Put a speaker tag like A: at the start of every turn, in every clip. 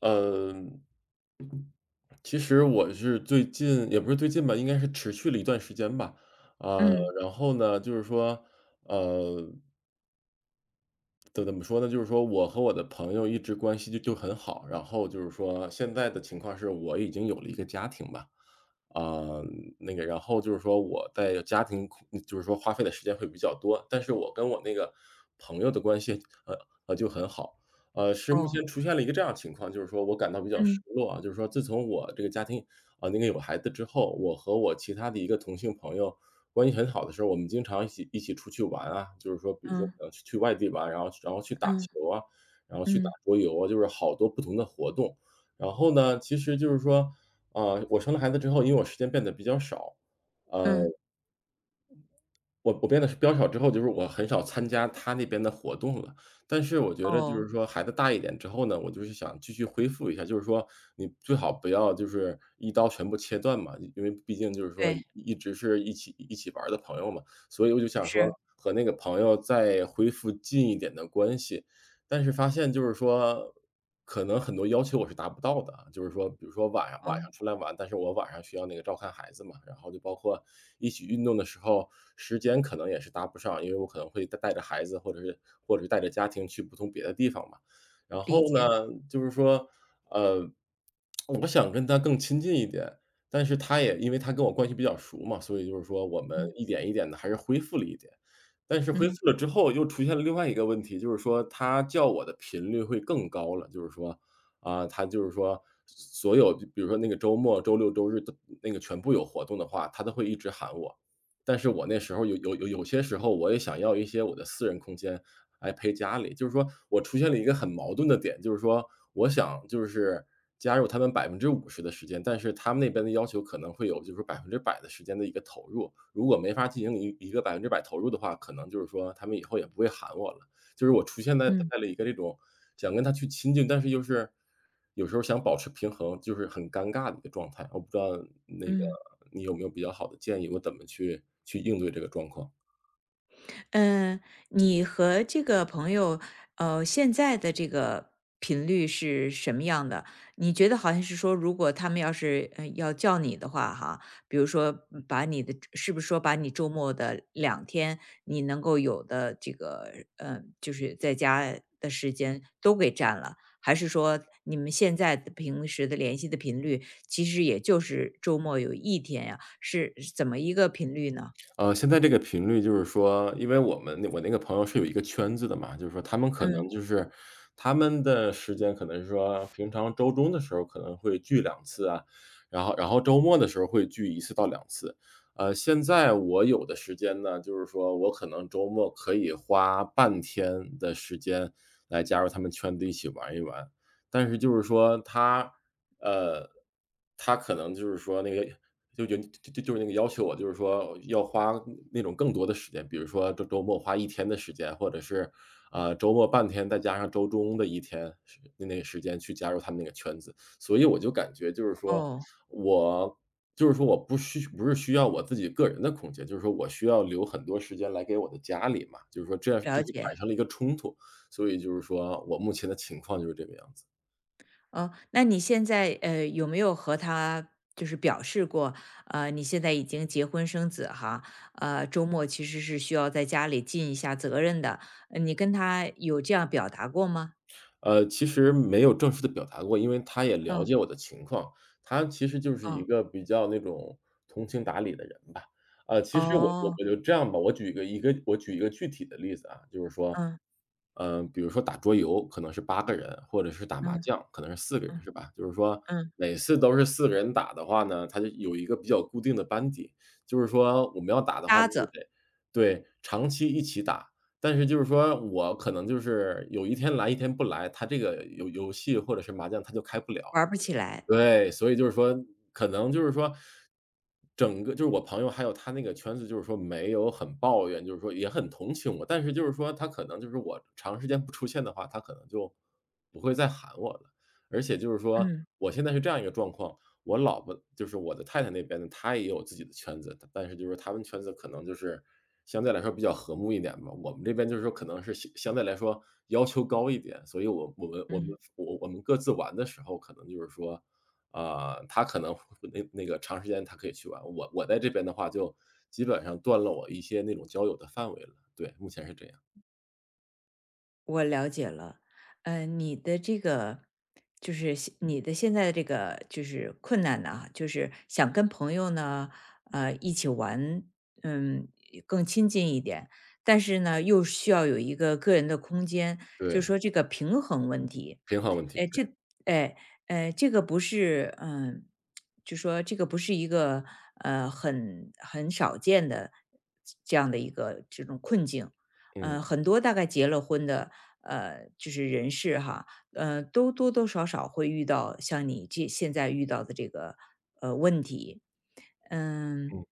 A: 嗯，其实我是最近也不是最近吧，应该是持续了一段时间吧。啊，
B: 嗯，
A: 然后呢，就是说，呃对，怎么说呢？就是说我和我的朋友一直关系就很好，然后就是说现在的情况是我已经有了一个家庭吧。啊、那个，然后就是说我在家庭空就是说花费的时间会比较多，但是我跟我那个朋友的关系呃就很好。是目前
B: 哦，
A: 出现了一个这样的情况，就是说我感到比较失
B: 嗯，
A: 落啊，就是说自从我这个家庭啊、那个有孩子之后，我和我其他的一个同性朋友关系很好的时候，我们经常一起出去玩啊，就是说比如说可
B: 嗯，
A: 能去外地玩，然后去打
B: 嗯，
A: 球啊，然后去打
B: 嗯，
A: 桌游啊，就是好多不同的活动。然后呢，其实就是说，呃，我生了孩子之后，因为我时间变得比较少，呃
B: 嗯，
A: 我变得是比较少之后，就是我很少参加他那边的活动了。但是我觉得就是
B: 哦，
A: 说孩子大一点之后呢，我就是想继续恢复一下，就是说你最好不要就是一刀全部切断嘛，因为毕竟就是说
B: 对，
A: 一直是一起一起玩儿的朋友嘛，所以我就想说
B: 是，
A: 和那个朋友再恢复近一点的关系。但是发现就是说，可能很多要求我是达不到的啊，就是说比如说晚上晚上
B: 哦，
A: 出来玩，但是我晚上需要那个照看孩子嘛，然后就包括一起运动的时候，时间可能也是搭不上，因为我可能会带着孩子，或者是带着家庭去不同别的地方嘛。然后
B: 理解，
A: 呢，就是说，呃，我想跟他更亲近一点，但是他也因为他跟我关系比较熟嘛，所以就是说我们
B: 嗯，
A: 一点一点的还是恢复了一点。但是恢
B: 嗯，
A: 复了之后，又出现了另外一个问题，就是说他叫我的频率会更高了。就是说，啊，他就是说所有比如说那个周末、周六、周日的那个全部有活动的话，他都会一直喊我。但是我那时候有些时候我也想要一些我的私人空间，来陪家里。就是说我出现了一个很矛盾的点，就是说我想就是加入他们50%的时间，但是他们那边的要求可能会有就是百分之百的时间的一个投入。如果没法进行一个百分之百投入的话，可能就是说他们以后也不会喊我了。就是我出现在
B: 嗯，
A: 在了一个这种想跟他去亲近，但是又是有时候想保持平衡，就是很尴尬的一个状态。我不知道那个
B: 嗯。
A: 你有没有比较好的建议，我怎么去应对这个状况？
B: 嗯，你和这个朋友，现在的这个频率是什么样的？你觉得好像是说，如果他们要是要叫你的话，哈，比如说把你的，是不是说把你周末的两天你能够有的这个，就是在家的时间都给占了，还是说你们现在的平时的联系的频率，其实也就是周末有一天呀，是怎么一个频率呢？
A: 呃，现在这个频率就是说，因为我们我那个朋友是有一个圈子的嘛，就是说他们可
B: 嗯，
A: 能就是他们的时间可能是说平常周中的时候可能会聚两次啊，然后周末的时候会聚一次到两次。呃，现在我有的时间呢，就是说我可能周末可以花半天的时间来加入他们圈子一起玩一玩。但是就是说他，呃，他可能就是说那个就是那个要求我，就是说要花那种更多的时间，比如说周末花一天的时间，或者是，啊，周末半天，再加上周中的一天是那个时间去加入他们那个圈子。所以我就感觉就是说，
B: 哦，
A: 我就是说我不是需要我自己个人的空间，就是说我需要留很多时间来给我的家里嘛，就是说这样就
B: 了
A: 是
B: 解。
A: 产生了一个冲突，所以就是说我目前的情况就是这个样子。
B: 哦，那你现在有没有和他就是表示过，你现在已经结婚生子哈，周末其实是需要在家里尽一下责任的，你跟他有这样表达过吗？
A: 呃，其实没有正式的表达过，因为他也了
B: 嗯，
A: 解我的情况，他其实就是一
B: 哦，
A: 个比较那种通情达理的人吧。呃，其实我我
B: 哦，
A: 我就这样吧，我举一个具体的例子啊，就是说，
B: 嗯
A: 嗯，比如说打桌游可能是8个人，或者是打麻
B: 嗯
A: 将可能是四个人，
B: 嗯
A: 是吧？就是说
B: 嗯，
A: 每次都是四个人打的话呢，他就有一个比较固定的班底，就是说我们要打的话
B: 搭
A: 就是
B: 子
A: 得对，长期一起打，但是就是说我可能就是有一天来一天不来，他这个游戏或者是麻将他就开不了。
B: 玩儿不起来，
A: 对，所以就是说，可能就是说，整个就是我朋友还有他那个圈子，就是说没有很抱怨，就是说也很同情我，但是就是说他可能就是我长时间不出现的话，他可能就不会再喊我了。而且就是说，
B: 嗯
A: 我现在是这样一个状况，我老婆就是我的太太那边呢，她也有自己的圈子，但是就是他们圈子可能就是相对来说比较和睦一点吧。我们这边就是说可能是相对来说要求高一点，所以我我们我们
B: 嗯。
A: 我我们各自玩的时候，可能就是说啊，他可能 那个长时间他可以去玩，我在这边的话就基本上断了我一些那种交友的范围了。对，目前是这样。
B: 我了解了，你的这个就是你的现在的这个就是困难呢，就是想跟朋友呢，一起玩，嗯，更亲近一点，但是呢，又需要有一个个人的空间，就是
A: 对，
B: 说这个平衡问题。
A: 平衡问题。
B: 哎，哎，这个不是，就说这个不是一个很少见的这样的一个这种困境。
A: 对。嗯
B: 很多大概结了婚的，就是人士哈，都多多少少会遇到像你这现在遇到的这个问题，嗯。
A: 嗯。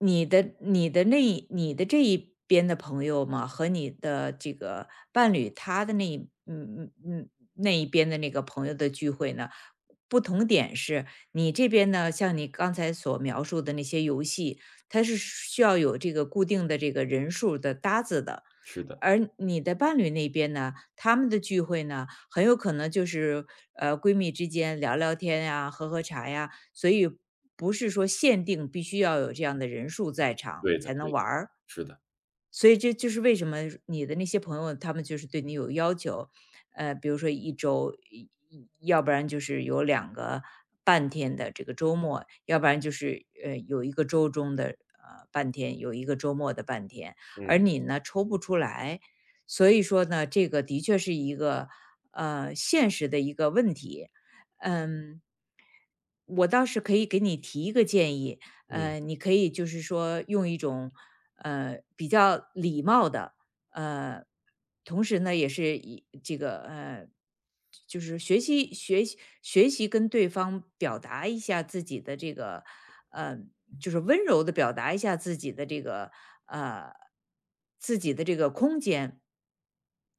B: 你的这一边的朋友嘛，和你的这个伴侣他的那一嗯嗯嗯那一边的那个朋友的聚会呢，不同点是你这边呢，像你刚才所描述的那些游戏，它是需要有这个固定的这个人数的搭子的。
A: 是的。
B: 而你的伴侣那边呢，他们的聚会呢，很有可能就是闺蜜之间聊聊天呀、喝喝茶呀，所以不是说限定必须要有这样的人数在场
A: 对的
B: 才能
A: 对的。
B: 玩儿。
A: 是的。
B: 所以这就是为什么你的那些朋友，他们就是对你有要求，比如说一周，一要不然就是有两个半天的这个周末，要不然就是有一个周中的半天，有一个周末的半天，而
A: 嗯
B: 你呢抽不出来，所以说呢，这个的确是一个现实的一个问题。嗯，我倒是可以给你提一个建议，
A: 嗯
B: 你可以就是说用一种比较礼貌的，呃，同时呢也是以这个就是学习跟对方表达一下自己的这个呃，就是温柔的表达一下自己的这个呃自己的这个空间。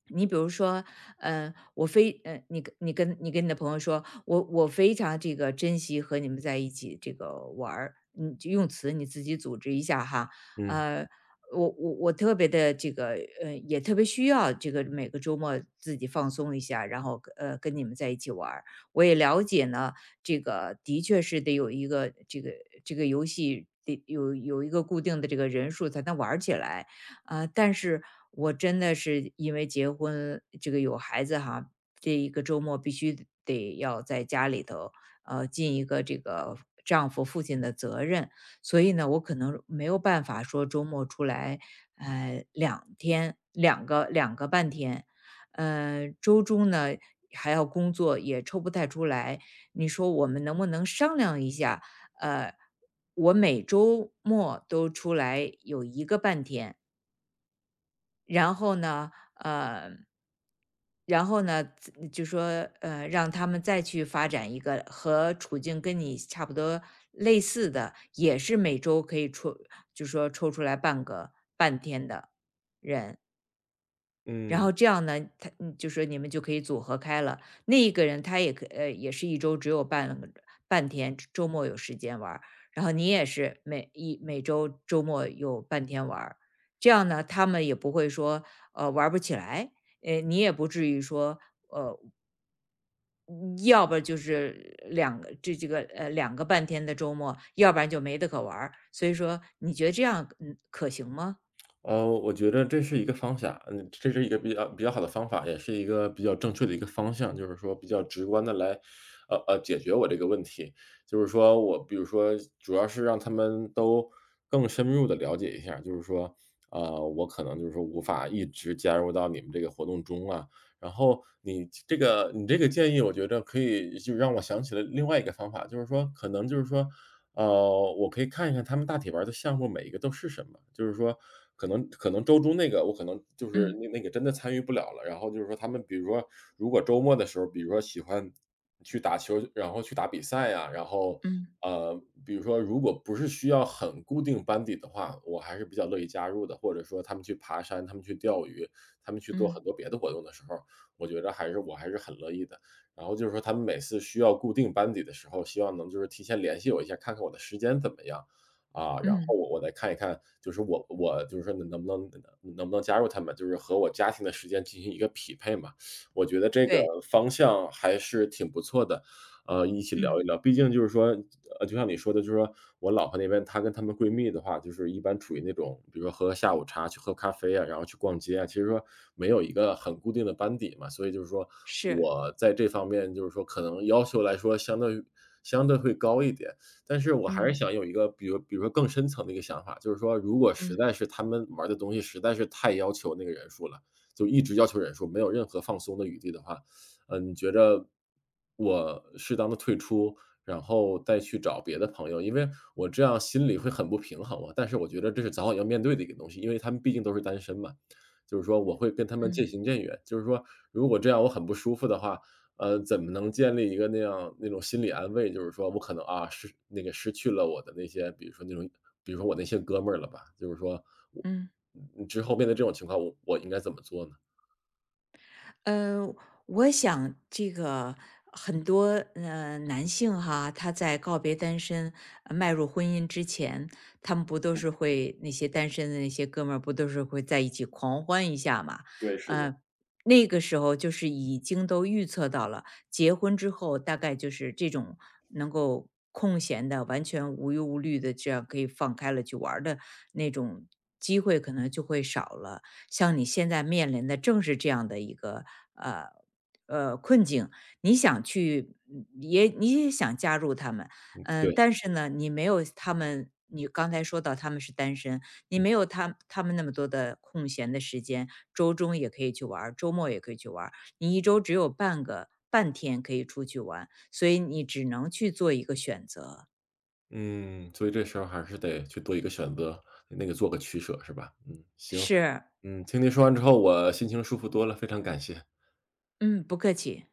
B: 你比如说，呃，我非呃，你跟你的朋友说，我非常这个珍惜和你们在一起这个玩儿，你就用词你自己组织一下哈。
A: 嗯
B: 呃，我特别的这个也特别需要这个每个周末自己放松一下，然后跟你们在一起玩儿。我也了解呢，这个的确是得有一个这个游戏得有一个固定的这个人数才能玩儿起来。啊！但是我真的是因为结婚，这个有孩子哈，这一个周末必须得要在家里头，尽一个这个丈夫、父亲的责任，所以呢，我可能没有办法说周末出来，两天，两个半天，周中呢还要工作，也抽不太出来。你说我们能不能商量一下？呃，我每周末都出来有一个半天，然后呢，然后呢，就说让他们再去发展一个和处境跟你差不多类似的，也是每周可以抽，就说抽出来半个半天的人，然
A: 嗯。
B: 后这样呢，他就说你们就可以组合开了。那一个人他也是一周只有半个半天，周末有时间玩儿。然后你也是每周周末有半天玩儿，这样呢，他们也不会说玩儿不起来，你也不至于说，嗯要不就是两个这这个呃两个半天的周末，要不然就没得可玩儿。所以说，你觉得这样可行吗？
A: 呃，我觉得这是一个方向，嗯，这是一个比较好的方法，也是一个比较正确的一个方向，就是说比较直观的来解决我这个问题。就是说我比如说主要是让他们都更深入的了解一下，就是说，呃，我可能就是说无法一直加入到你们这个活动中啊。然后你这个建议我觉得可以，就让我想起了另外一个方法，就是说可能就是说呃，我可以看一看他们大体玩儿的项目每一个都是什么。就是说可能周中那个我可能就是
B: 嗯
A: 那个真的参与不了了，然后就是说他们比如说如果周末的时候，比如说喜欢去打球，然后去打比赛呀，然后，
B: 嗯
A: 呃，比如说如果不是需要很固定班底的话，我还是比较乐意加入的。或者说他们去爬山，他们去钓鱼，他们去做很
B: 嗯
A: 多别的活动的时候，我还是很乐意的。然后就是说他们每次需要固定班底的时候，希望能就是提前联系我一下，看看我的时间怎么样。啊，嗯，然后
B: 嗯，
A: 我再看一看，就是我就是说能不能加入他们，就是和我家庭的时间进行一个匹配嘛。我觉得这个
B: 对，
A: 方向还是挺不错的，呃，一起
B: 嗯
A: 聊一聊。毕竟就是说，呃，就像你说的，就是说我老婆那边，她跟她们闺蜜的话，就是一般处于那种，比如说喝下午茶、去喝咖啡啊，然后去逛街啊，其实说没有一个很固定的班底嘛。所以就是说
B: 是，
A: 我在这方面，就是说可能要求来说相对会高一点，但是我还是
B: 嗯。
A: 想有一个，比如说更深层的一个想法，就是说如果实
B: 嗯
A: 在是他们玩的东西实在是太要求那个人数了，就一直要求人数，没有任何放松的余地的话，呃，你觉着我适当的退出，然后再去找别的朋友，因为我这样心里会很不平衡嘛。但是我觉得这是早晚要面对的一个东西，因为他们毕竟都是单身嘛。就是说我会跟他们渐
B: 嗯
A: 行渐远，就是说如果这样我很不舒服的话，呃，怎么能建立一个那样那种心理安慰，就是说我可能，啊，失那个失去了我的那些比如说那种比如说我那些哥们儿了吧，就是说我
B: 嗯，
A: 嗯，之后面对这种情况，我应该怎么做呢？
B: 呃，我想这个很多男性哈，他在告别单身、迈入婚姻之前，他们不都是会那些单身的那些哥们儿不都是会在一起狂欢一下嘛？
A: 对，是的。
B: 呃，那个时候就是已经都预测到了，结婚之后大概就是这种能够空闲的、完全无忧无虑的，这样可以放开了去玩儿的那种机会，可能就会少了。像你现在面临的正是这样的一个呃困境，你想去你也想加入他们，
A: 对。
B: 但是呢，你没有他们，你刚才说到他们是单身，你没有他们那么多的空闲的时间，周中也可以去玩儿，周末也可以去玩儿，你一周只有半个半天可以出去玩，所以你只能去做一个选择。
A: 嗯，所以这时候还是得去做一个选择，那个做个取舍是吧？嗯，行，
B: 是，
A: 嗯，听您说完之后，我心情舒服多了，非常感谢。
B: 嗯，不客气。